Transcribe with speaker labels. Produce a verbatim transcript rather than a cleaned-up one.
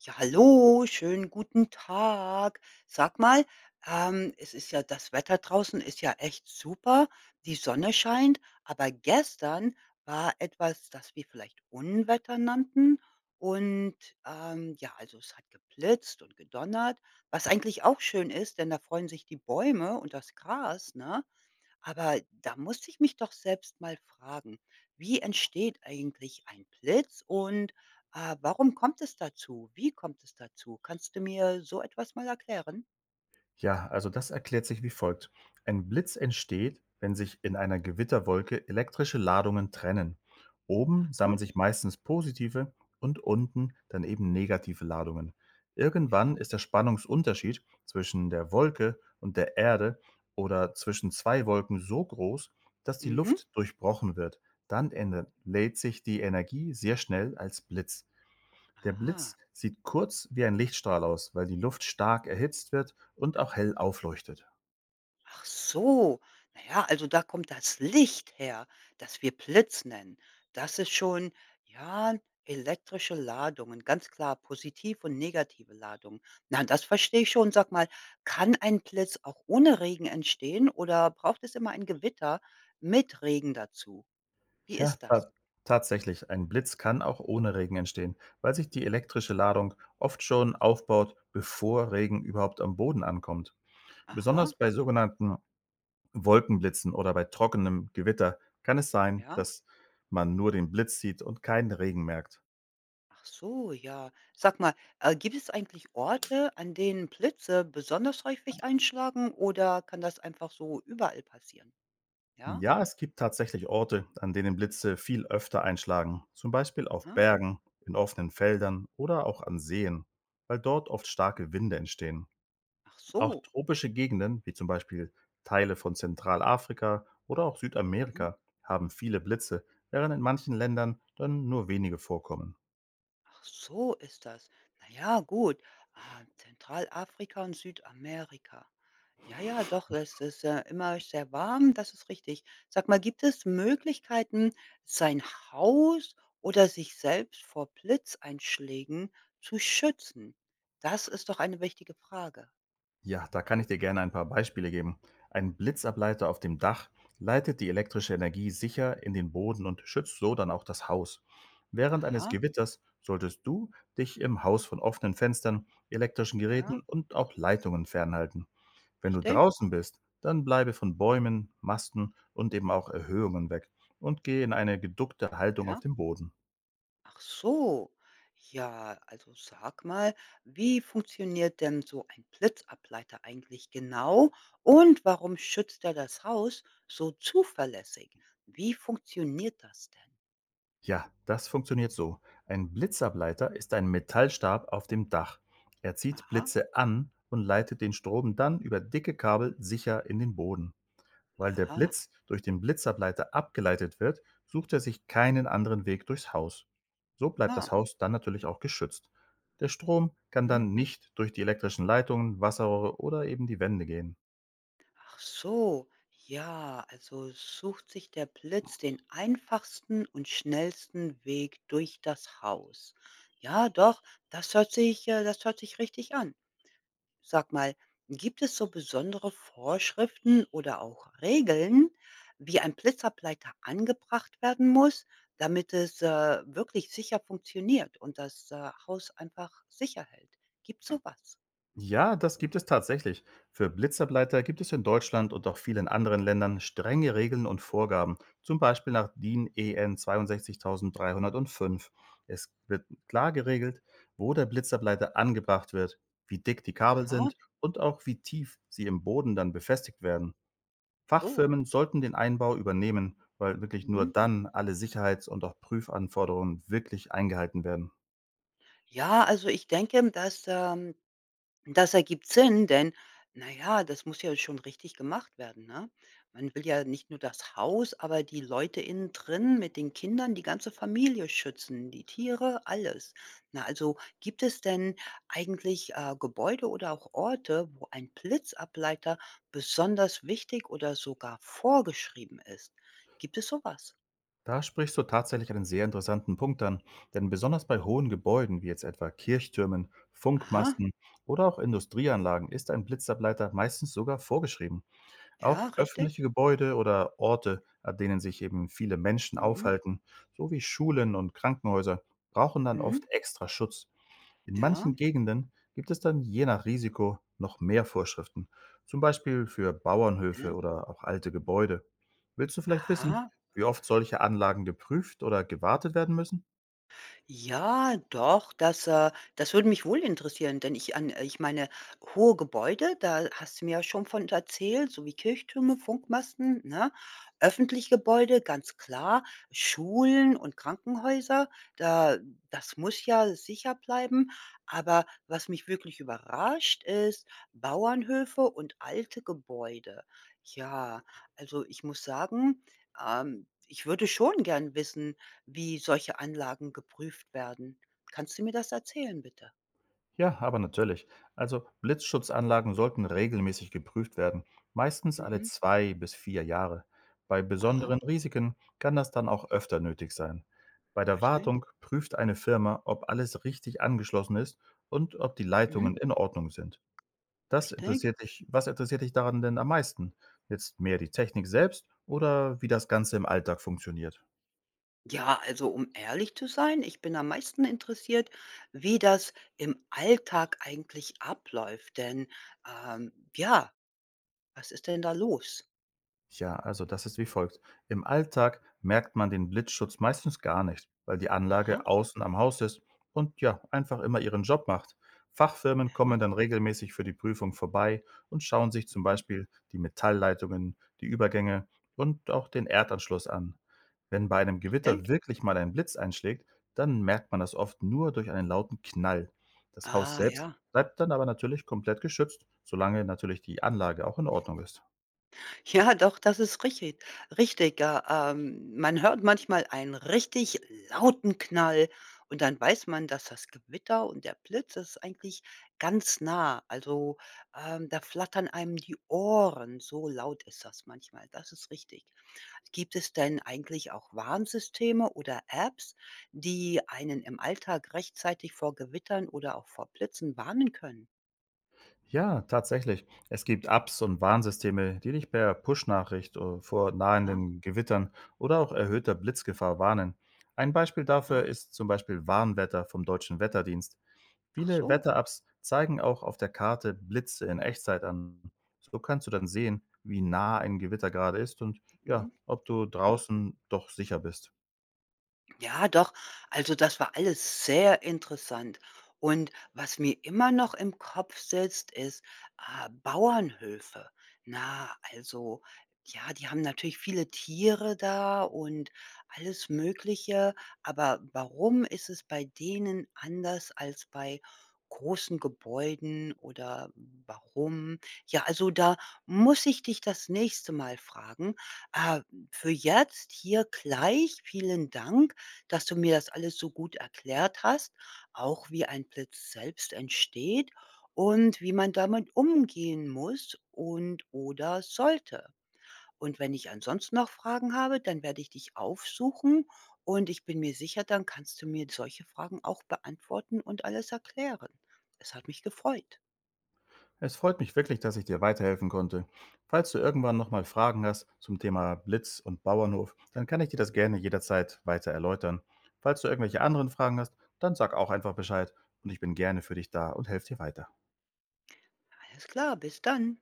Speaker 1: Ja, hallo, schönen guten Tag. Sag mal, ähm, es ist ja das Wetter draußen ist ja echt super. Die Sonne scheint, aber gestern war etwas, das wir vielleicht Unwetter nannten. Und ähm, ja, also es hat geblitzt und gedonnert, was eigentlich auch schön ist, denn da freuen sich die Bäume und das Gras, ne? Aber da musste ich mich doch selbst mal fragen, wie entsteht eigentlich ein Blitz und äh, warum kommt es dazu? Wie kommt es dazu? Kannst du mir so etwas mal erklären?
Speaker 2: Ja, also das erklärt sich wie folgt. Ein Blitz entsteht, wenn sich in einer Gewitterwolke elektrische Ladungen trennen. Oben
Speaker 1: Aha,
Speaker 2: sammeln sich meistens positive und unten dann eben negative Ladungen. Irgendwann
Speaker 1: ja,
Speaker 2: ist der Spannungsunterschied zwischen der Wolke und der Erde oder zwischen zwei Wolken so groß, dass die
Speaker 1: mhm.
Speaker 2: Luft durchbrochen wird. Dann ändert- lädt sich die Energie sehr schnell als Blitz. Der
Speaker 1: Ah.
Speaker 2: Blitz sieht kurz wie ein Lichtstrahl aus, weil die Luft stark erhitzt wird und auch hell aufleuchtet.
Speaker 1: Ach so. Na ja, also da kommt das Licht her, das wir Blitz nennen. Das ist schon, ja, elektrische Ladungen, ganz klar, positiv und negative Ladungen. Na, das verstehe ich schon. Sag mal, kann ein Blitz auch ohne Regen entstehen oder braucht es immer ein Gewitter mit Regen dazu? Wie
Speaker 2: Ja,
Speaker 1: ist das?
Speaker 2: ta tatsächlich, ein Blitz kann auch ohne Regen entstehen, weil sich die elektrische Ladung oft schon aufbaut, bevor Regen überhaupt am Boden ankommt.
Speaker 1: Aha,
Speaker 2: Besonders bei sogenannten Wolkenblitzen oder bei trockenem Gewitter kann es sein,
Speaker 1: ja.
Speaker 2: dass man nur den Blitz sieht und keinen Regen merkt.
Speaker 1: Ach so, ja. Sag mal, äh, gibt es eigentlich Orte, an denen Blitze besonders häufig einschlagen oder kann das einfach so überall passieren? Ja,
Speaker 2: Ja, es gibt tatsächlich Orte, an denen Blitze viel öfter einschlagen, zum Beispiel auf
Speaker 1: ne?
Speaker 2: Bergen, in offenen Feldern oder auch an Seen, weil dort oft starke Winde entstehen.
Speaker 1: Ach
Speaker 2: Auch
Speaker 1: so.
Speaker 2: tropische Gegenden, wie zum Beispiel Teile von Zentralafrika oder auch
Speaker 1: Mhm.
Speaker 2: Südamerika, haben viele Blitze, während in manchen Ländern dann nur wenige vorkommen.
Speaker 1: Ach so ist das. Na ja, gut. Ah, Zentralafrika und Südamerika. Ja, ja, doch, das ist, äh, immer sehr warm, das ist richtig. Sag mal, gibt es Möglichkeiten, sein Haus oder sich selbst vor Blitzeinschlägen zu schützen? Das ist doch eine wichtige Frage.
Speaker 2: Ja, da kann ich dir gerne ein paar Beispiele geben. Ein Blitzableiter auf dem Dach leitet die elektrische Energie sicher in den Boden und schützt so dann auch das Haus. Während eines
Speaker 1: Aha,
Speaker 2: Gewitters solltest du dich im Haus von offenen Fenstern, elektrischen
Speaker 1: ja,
Speaker 2: Geräten und auch Leitungen fernhalten. Wenn du
Speaker 1: richtig,
Speaker 2: draußen bist, dann bleibe von Bäumen, Masten und eben auch Erhöhungen weg und gehe in eine geduckte Haltung auf
Speaker 1: ja.
Speaker 2: dem Boden.
Speaker 1: Ach so. Ja, also sag mal, wie funktioniert denn so ein Blitzableiter eigentlich genau und warum schützt er das Haus so zuverlässig? Wie funktioniert das denn?
Speaker 2: Ja, das funktioniert so. Ein Blitzableiter ist ein Metallstab auf dem Dach. Er zieht
Speaker 1: Aha,
Speaker 2: Blitze an und leitet den Strom dann über dicke Kabel sicher in den Boden. Weil der
Speaker 1: aha,
Speaker 2: Blitz durch den Blitzableiter abgeleitet wird, sucht er sich keinen anderen Weg durchs Haus. So bleibt das
Speaker 1: ja.
Speaker 2: Haus dann natürlich auch geschützt. Der Strom kann
Speaker 1: Mhm.
Speaker 2: dann nicht durch die elektrischen Leitungen, Wasserrohre oder eben die Wände gehen.
Speaker 1: Ach so. Ja, also sucht sich der Blitz den einfachsten und schnellsten Weg durch das Haus. Ja, doch, das hört sich, äh, das hört sich richtig an. Sag mal, gibt es so besondere Vorschriften oder auch Regeln, wie ein Blitzableiter angebracht werden muss, damit es, äh, wirklich sicher funktioniert und das, äh, Haus einfach sicher hält? Gibt so was?
Speaker 2: Ja, das gibt es tatsächlich. Für Blitzableiter gibt es in Deutschland und auch vielen anderen Ländern strenge Regeln und Vorgaben, zum Beispiel nach D I N E N zweiundsechzig dreihundertfünf. Es wird klar geregelt, wo der Blitzableiter angebracht wird, wie dick die Kabel
Speaker 1: Aha,
Speaker 2: sind und auch wie tief sie im Boden dann befestigt werden.
Speaker 1: so.
Speaker 2: Fachfirmen sollten den Einbau übernehmen, weil wirklich nur
Speaker 1: Mhm.
Speaker 2: dann alle Sicherheits- und auch Prüfanforderungen wirklich eingehalten werden.
Speaker 1: Ja, also ich denke, dass, ähm das ergibt Sinn, denn na ja, das muss ja schon richtig gemacht werden, ne? Man will ja nicht nur das Haus, aber die Leute innen drin mit den Kindern, die ganze Familie schützen, die Tiere, alles. Na, also gibt es denn eigentlich, äh, Gebäude oder auch Orte, wo ein Blitzableiter besonders wichtig oder sogar vorgeschrieben ist? Gibt es so was?
Speaker 2: Da sprichst du tatsächlich einen sehr interessanten Punkt an, denn besonders bei hohen Gebäuden wie jetzt etwa Kirchtürmen,
Speaker 1: Aha,
Speaker 2: Funkmasten oder auch Industrieanlagen ist ein Blitzableiter meistens sogar vorgeschrieben. Auch
Speaker 1: ja, richtig.
Speaker 2: öffentliche Gebäude oder Orte, an denen sich eben viele Menschen
Speaker 1: Mhm,
Speaker 2: aufhalten, sowie Schulen und Krankenhäuser, brauchen dann
Speaker 1: mhm,
Speaker 2: oft extra Schutz. In
Speaker 1: ja,
Speaker 2: manchen Gegenden gibt es dann je nach Risiko noch mehr Vorschriften, zum Beispiel für Bauernhöfe
Speaker 1: ja.
Speaker 2: oder auch alte Gebäude. Willst du vielleicht wissen,
Speaker 1: Aha.
Speaker 2: wie oft solche Anlagen geprüft oder gewartet werden müssen?
Speaker 1: Ja, doch, das, äh das würde mich wohl interessieren, denn ich an äh, ich meine, hohe Gebäude, da hast du mir ja schon von erzählt, so wie Kirchtürme, Funkmasten, ne? Öffentliche Gebäude, ganz klar, Schulen und Krankenhäuser, da das muss ja sicher bleiben. Aber was mich wirklich überrascht, ist Bauernhöfe und alte Gebäude. Ja, also, ich muss sagen, ähm, ich würde schon gern wissen, wie solche Anlagen geprüft werden. Kannst du mir das erzählen, bitte?
Speaker 2: Ja, aber natürlich. Also Blitzschutzanlagen sollten regelmäßig geprüft werden, meistens alle
Speaker 1: Mhm.
Speaker 2: zwei bis vier Jahre. Bei
Speaker 1: Aha,
Speaker 2: besonderen Risiken kann das dann auch öfter nötig sein. Bei der
Speaker 1: richtig.
Speaker 2: Wartung prüft eine Firma, ob alles richtig angeschlossen ist und ob die
Speaker 1: Mhm.
Speaker 2: Leitungen in Ordnung sind. Das
Speaker 1: Richtig.
Speaker 2: interessiert dich Was interessiert dich daran denn am meisten? Jetzt mehr die Technik selbst oder wie das Ganze im Alltag funktioniert?
Speaker 1: Ja, also um ehrlich zu sein, ich bin am meisten interessiert, wie das im Alltag eigentlich abläuft. Denn ähm, ja, was ist denn da los?
Speaker 2: Ja, also das ist wie folgt. Im Alltag merkt man den Blitzschutz meistens gar nicht, weil die
Speaker 1: Aha,
Speaker 2: Anlage außen am Haus ist und ja, einfach immer ihren Job macht. Fachfirmen
Speaker 1: aha.
Speaker 2: kommen dann regelmäßig für die Prüfung vorbei und schauen sich zum
Speaker 1: Mhm,
Speaker 2: Beispiel die Metallleitungen, die Übergänge und auch den Erdanschluss an. Wenn bei einem Gewitter
Speaker 1: richtig.
Speaker 2: wirklich mal ein Blitz einschlägt, dann merkt man das oft nur durch einen lauten Knall. Das Haus
Speaker 1: Ah
Speaker 2: selbst
Speaker 1: ja.
Speaker 2: bleibt dann aber natürlich komplett geschützt, solange natürlich die Anlage auch in Ordnung ist.
Speaker 1: Ja, doch, das ist richtig. Richtig, äh, ähm, man hört manchmal einen richtig lauten Knall und dann weiß man, dass das Gewitter und der Blitz ist eigentlich ganz nah. Also, ähm, da flattern einem die Ohren, so laut ist das manchmal. Das ist richtig. Gibt es denn eigentlich auch Warnsysteme oder Apps, die einen im Alltag rechtzeitig vor Gewittern oder auch vor Blitzen warnen können?
Speaker 2: Ja, tatsächlich. Es gibt Apps und Warnsysteme, die dich per Push-Nachricht äh, vor
Speaker 1: Aha,
Speaker 2: nahenden Gewittern oder auch erhöhter Blitzgefahr warnen. Ein Beispiel dafür
Speaker 1: aha.
Speaker 2: ist zum Beispiel Warnwetter vom Deutschen Wetterdienst.
Speaker 1: Ach
Speaker 2: Viele
Speaker 1: so.
Speaker 2: Wetter-Apps zeigen auch auf der Karte Blitze in Echtzeit an. So kannst du dann sehen, wie nah ein Gewitter gerade ist und ja,
Speaker 1: Mhm.
Speaker 2: ob du draußen doch sicher bist.
Speaker 1: Ja, doch. Also das war alles sehr interessant. Und was mir immer noch im Kopf sitzt, ist, ah, Bauernhöfe. Na, also, ja, die haben natürlich viele Tiere da und alles Mögliche, aber warum ist es bei denen anders als bei großen Gebäuden oder warum? Ja, also da muss ich dich das nächste Mal fragen. Ah, für jetzt hier gleich vielen Dank, dass du mir das alles so gut erklärt hast, auch wie ein Blitz selbst entsteht und wie man damit umgehen muss und oder sollte. Und wenn ich ansonsten noch Fragen habe, dann werde ich dich aufsuchen und ich bin mir sicher, dann kannst du mir solche Fragen auch beantworten und alles erklären. Es hat mich gefreut.
Speaker 2: Es freut mich wirklich, dass ich dir weiterhelfen konnte. Falls du irgendwann nochmal Fragen hast zum Thema Blitz und Bauernhof, dann kann ich dir das gerne jederzeit weiter erläutern. Falls du irgendwelche anderen Fragen hast, dann sag auch einfach Bescheid und ich bin gerne für dich da und helfe dir weiter.
Speaker 1: Alles klar, bis dann.